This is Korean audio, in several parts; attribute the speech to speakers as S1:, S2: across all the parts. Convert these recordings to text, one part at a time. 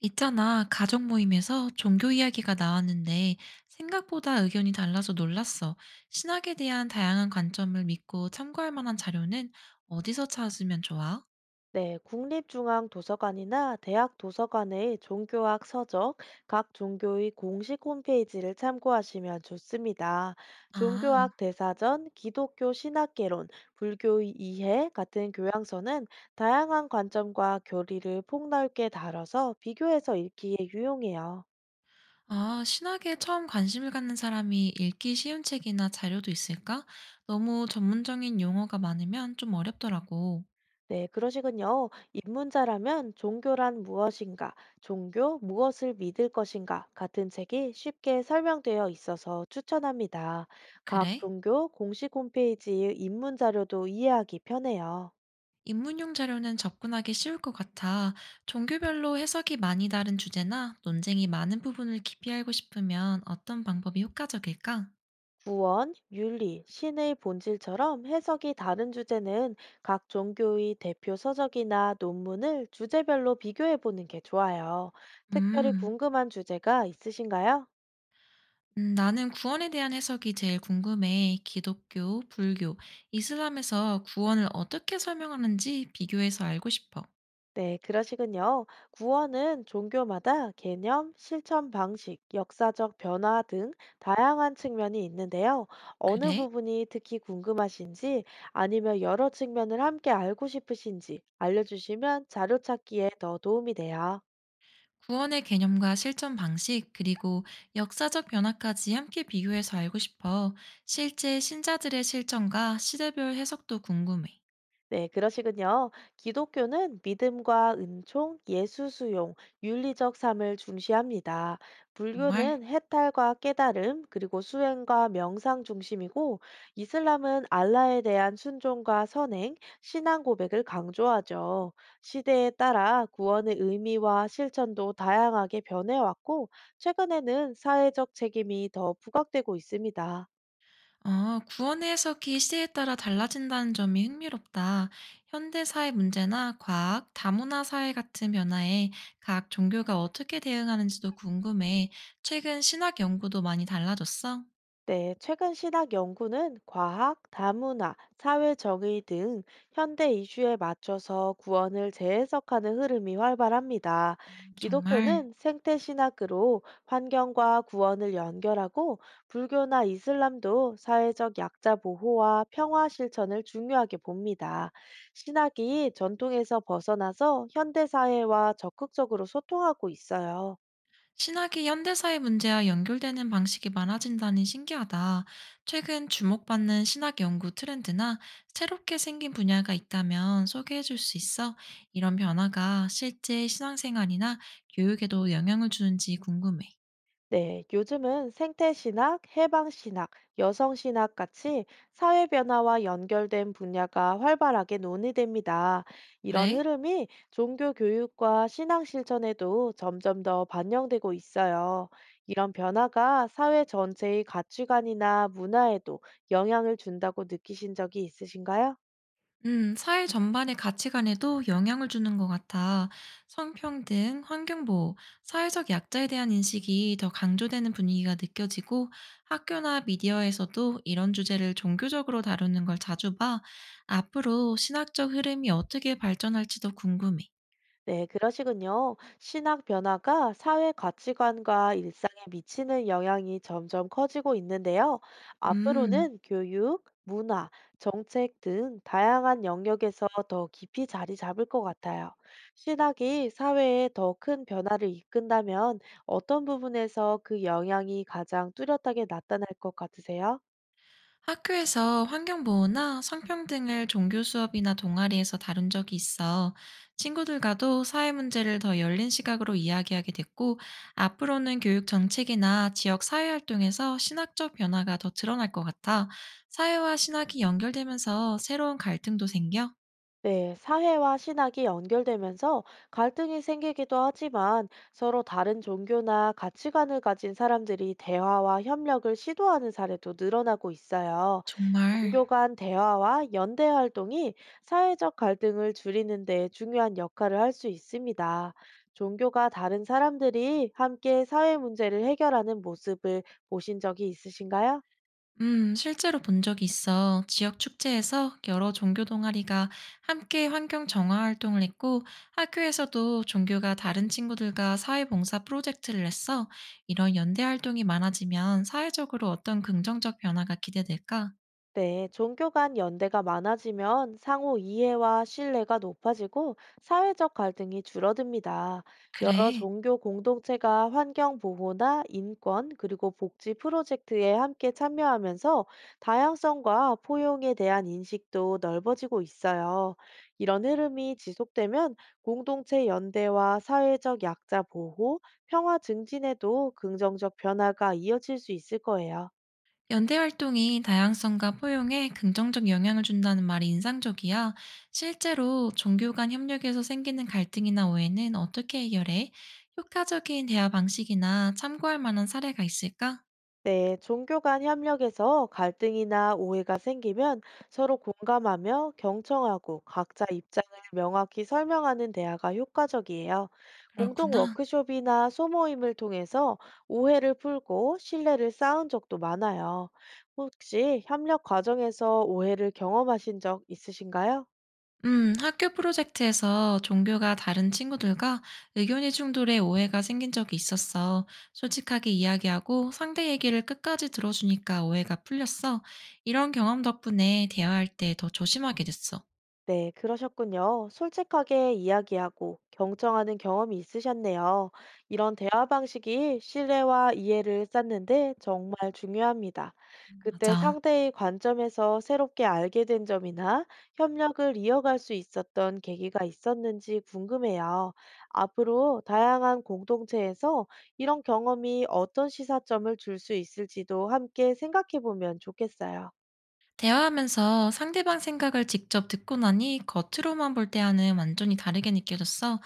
S1: 있잖아, 가족 모임에서 종교 이야기가 나왔는데 생각보다 의견이 달라서 놀랐어. 신학에 대한 다양한 관점을 믿고 참고할 만한 자료는 어디서 찾으면 좋아?
S2: 네, 국립중앙도서관이나 대학 도서관의 종교학 서적, 각 종교의 공식 홈페이지를 참고하시면 좋습니다.
S1: 아,
S2: 종교학 대사전, 기독교 신학개론, 불교의 이해 같은 교양서는 다양한 관점과 교리를 폭넓게 다뤄서 비교해서 읽기에 유용해요.
S1: 신학에 처음 관심을 갖는 사람이 읽기 쉬운 책이나 자료도 있을까? 너무 전문적인 용어가 많으면 좀 어렵더라고.
S2: 네, 그러시군요. 입문자라면 종교란 무엇인가, 종교 무엇을 믿을 것인가 같은 책이 쉽게 설명되어 있어서 추천합니다. 각
S1: 그래?
S2: 종교 공식 홈페이지의 입문 자료도 이해하기 편해요.
S1: 입문용 자료는 접근하기 쉬울 것 같아. 종교별로 해석이 많이 다른 주제나 논쟁이 많은 부분을 깊이 알고 싶으면 어떤 방법이 효과적일까?
S2: 구원, 윤리, 신의 본질처럼 해석이 다른 주제는 각 종교의 대표 서적이나 논문을 주제별로 비교해 보는 게 좋아요. 특별히
S1: 음,
S2: 궁금한 주제가 있으신가요?
S1: 나는 구원에 대한 해석이 제일 궁금해. 기독교, 불교, 이슬람에서 구원을 어떻게 설명하는지 비교해서 알고 싶어.
S2: 네, 그러시군요. 구원은 종교마다 개념, 실천 방식, 역사적 변화 등 다양한 측면이 있는데요. 어느
S1: 그래?
S2: 부분이 특히 궁금하신지 아니면 여러 측면을 함께 알고 싶으신지 알려주시면 자료 찾기에 더 도움이 돼요.
S1: 구원의 개념과 실천 방식, 그리고 역사적 변화까지 함께 비교해서 알고 싶어. 실제 신자들의 실천과 시대별 해석도 궁금해.
S2: 네, 그러시군요. 기독교는 믿음과 은총, 예수 수용, 윤리적 삶을 중시합니다.
S1: 정말?
S2: 불교는 해탈과 깨달음, 그리고 수행과 명상 중심이고, 이슬람은 알라에 대한 순종과 선행, 신앙 고백을 강조하죠. 시대에 따라 구원의 의미와 실천도 다양하게 변해왔고, 최근에는 사회적 책임이 더 부각되고 있습니다.
S1: 아, 구원의 해석이 시대에 따라 달라진다는 점이 흥미롭다. 현대 사회 문제나 과학, 다문화 사회 같은 변화에 각 종교가 어떻게 대응하는지도 궁금해. 최근 신학 연구도 많이 달라졌어?
S2: 네, 최근 신학 연구는 과학, 다문화, 사회 정의 등 현대 이슈에 맞춰서 구원을 재해석하는 흐름이 활발합니다.
S1: 정말.
S2: 기독교는 생태 신학으로 환경과 구원을 연결하고 불교나 이슬람도 사회적 약자 보호와 평화 실천을 중요하게 봅니다. 신학이 전통에서 벗어나서 현대 사회와 적극적으로 소통하고 있어요.
S1: 신학이 현대사의 문제와 연결되는 방식이 많아진다니 신기하다. 최근 주목받는 신학 연구 트렌드나 새롭게 생긴 분야가 있다면 소개해 줄 수 있어? 이런 변화가 실제 신앙생활이나 교육에도 영향을 주는지 궁금해.
S2: 네, 요즘은 생태신학, 해방신학, 여성신학 같이 사회 변화와 연결된 분야가 활발하게 논의됩니다. 이런
S1: 그래?
S2: 흐름이 종교 교육과 신앙 실천에도 점점 더 반영되고 있어요. 이런 변화가 사회 전체의 가치관이나 문화에도 영향을 준다고 느끼신 적이 있으신가요?
S1: 사회 전반의 가치관에도 영향을 주는 것 같아. 성평등, 환경보호, 사회적 약자에 대한 인식이 더 강조되는 분위기가 느껴지고 학교나 미디어에서도 이런 주제를 종교적으로 다루는 걸 자주 봐. 앞으로 신학적 흐름이 어떻게 발전할지도 궁금해.
S2: 네, 그러시군요. 신학 변화가 사회 가치관과 일상에 미치는 영향이 점점 커지고 있는데요.
S1: 음.
S2: 앞으로는 교육, 문화, 정책 등 다양한 영역에서 더 깊이 자리 잡을 것 같아요. 신학이 사회에 더 큰 변화를 이끈다면 어떤 부분에서 그 영향이 가장 뚜렷하게 나타날 것 같으세요?
S1: 학교에서 환경보호나 성평등을 종교 수업이나 동아리에서 다룬 적이 있어. 친구들과도 사회 문제를 더 열린 시각으로 이야기하게 됐고, 앞으로는 교육 정책이나 지역 사회 활동에서 신학적 변화가 더 드러날 것 같아. 사회와 신학이 연결되면서 새로운 갈등도 생겨?
S2: 네, 사회와 신학이 연결되면서 갈등이 생기기도 하지만 서로 다른 종교나 가치관을 가진 사람들이 대화와 협력을 시도하는 사례도 늘어나고 있어요.
S1: 정말.
S2: 종교 간 대화와 연대 활동이 사회적 갈등을 줄이는 데 중요한 역할을 할 수 있습니다. 종교가 다른 사람들이 함께 사회 문제를 해결하는 모습을 보신 적이 있으신가요?
S1: 실제로 본 적이 있어. 지역 축제에서 여러 종교 동아리가 함께 환경 정화 활동을 했고, 학교에서도 종교가 다른 친구들과 사회봉사 프로젝트를 했어. 이런 연대 활동이 많아지면 사회적으로 어떤 긍정적 변화가 기대될까?
S2: 네, 종교 간 연대가 많아지면 상호 이해와 신뢰가 높아지고 사회적 갈등이 줄어듭니다. 여러
S1: 그래.
S2: 종교 공동체가 환경 보호나 인권 그리고 복지 프로젝트에 함께 참여하면서 다양성과 포용에 대한 인식도 넓어지고 있어요. 이런 흐름이 지속되면 공동체 연대와 사회적 약자 보호, 평화 증진에도 긍정적 변화가 이어질 수 있을 거예요.
S1: 연대 활동이 다양성과 포용에 긍정적 영향을 준다는 말이 인상적이야. 실제로 종교 간 협력에서 생기는 갈등이나 오해는 어떻게 해결해? 효과적인 대화 방식이나 참고할 만한 사례가 있을까?
S2: 네, 종교 간 협력에서 갈등이나 오해가 생기면 서로 공감하며 경청하고 각자 입장을 명확히 설명하는 대화가 효과적이에요. 공동
S1: 그렇구나.
S2: 워크숍이나 소모임을 통해서 오해를 풀고 신뢰를 쌓은 적도 많아요. 혹시 협력 과정에서 오해를 경험하신 적 있으신가요?
S1: 학교 프로젝트에서 종교가 다른 친구들과 의견이 충돌해 오해가 생긴 적이 있었어. 솔직하게 이야기하고 상대 얘기를 끝까지 들어주니까 오해가 풀렸어. 이런 경험 덕분에 대화할 때 더 조심하게 됐어.
S2: 네, 그러셨군요. 솔직하게 이야기하고 경청하는 경험이 있으셨네요. 이런 대화 방식이 신뢰와 이해를 쌓는데 정말 중요합니다. 그때
S1: 맞아.
S2: 상대의 관점에서 새롭게 알게 된 점이나 협력을 이어갈 수 있었던 계기가 있었는지 궁금해요. 앞으로 다양한 공동체에서 이런 경험이 어떤 시사점을 줄 수 있을지도 함께 생각해 보면 좋겠어요.
S1: 대화하면서 상대방 생각을 직접 듣고 나니 겉으로만 볼 때와는 완전히 다르게 느껴졌어.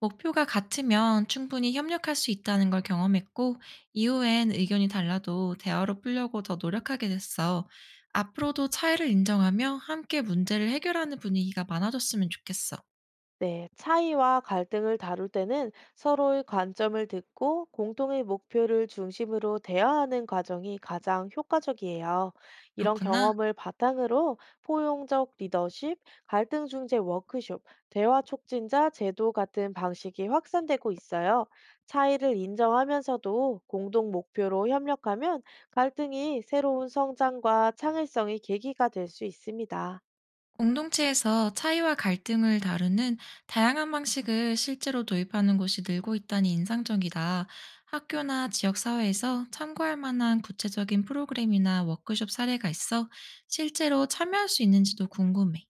S1: 목표가 같으면 충분히 협력할 수 있다는 걸 경험했고, 이후엔 의견이 달라도 대화로 풀려고 더 노력하게 됐어. 앞으로도 차이를 인정하며 함께 문제를 해결하는 분위기가 많아졌으면 좋겠어.
S2: 네, 차이와 갈등을 다룰 때는 서로의 관점을 듣고 공통의 목표를 중심으로 대화하는 과정이 가장 효과적이에요. 이런
S1: 그렇구나.
S2: 경험을 바탕으로 포용적 리더십, 갈등 중재 워크숍, 대화 촉진자 제도 같은 방식이 확산되고 있어요. 차이를 인정하면서도 공동 목표로 협력하면 갈등이 새로운 성장과 창의성의 계기가 될 수 있습니다.
S1: 공동체에서 차이와 갈등을 다루는 다양한 방식을 실제로 도입하는 곳이 늘고 있다니 인상적이다. 학교나 지역사회에서 참고할 만한 구체적인 프로그램이나 워크숍 사례가 있어 실제로 참여할 수 있는지도 궁금해.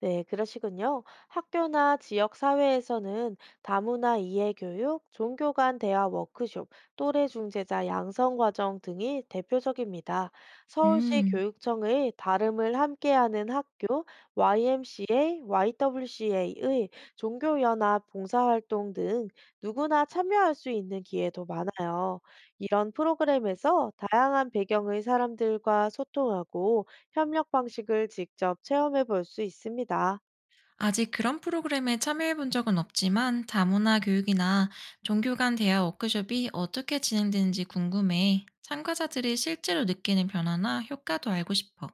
S2: 네, 그러시군요. 학교나 지역 사회에서는 다문화 이해 교육, 종교 간 대화 워크숍, 또래 중재자 양성 과정 등이 대표적입니다. 서울시
S1: 음,
S2: 교육청의 다름을 함께하는 학교, YMCA, YWCA의 종교연합 봉사활동 등 누구나 참여할 수 있는 기회도 많아요. 이런 프로그램에서 다양한 배경의 사람들과 소통하고 협력 방식을 직접 체험해 볼 수 있습니다.
S1: 아직 그런 프로그램에 참여해 본 적은 없지만 다문화 교육이나 종교 간 대화 워크숍이 어떻게 진행되는지 궁금해. 참가자들이 실제로 느끼는 변화나 효과도 알고 싶어.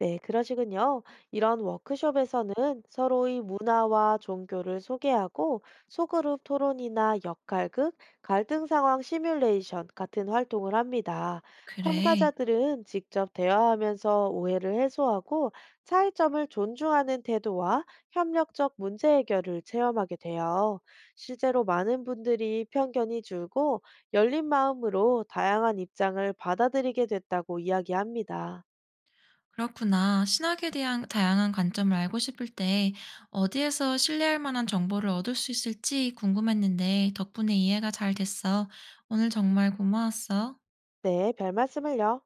S2: 네, 그러시군요. 이런 워크숍에서는 서로의 문화와 종교를 소개하고 소그룹 토론이나 역할극, 갈등 상황 시뮬레이션 같은 활동을 합니다.
S1: 그래.
S2: 참가자들은 직접 대화하면서 오해를 해소하고 차이점을 존중하는 태도와 협력적 문제 해결을 체험하게 돼요. 실제로 많은 분들이 편견이 줄고 열린 마음으로 다양한 입장을 받아들이게 됐다고 이야기합니다.
S1: 그렇구나. 신학에 대한 다양한 관점을 알고 싶을 때 어디에서 신뢰할 만한 정보를 얻을 수 있을지 궁금했는데 덕분에 이해가 잘 됐어. 오늘 정말 고마웠어.
S2: 네, 별 말씀을요.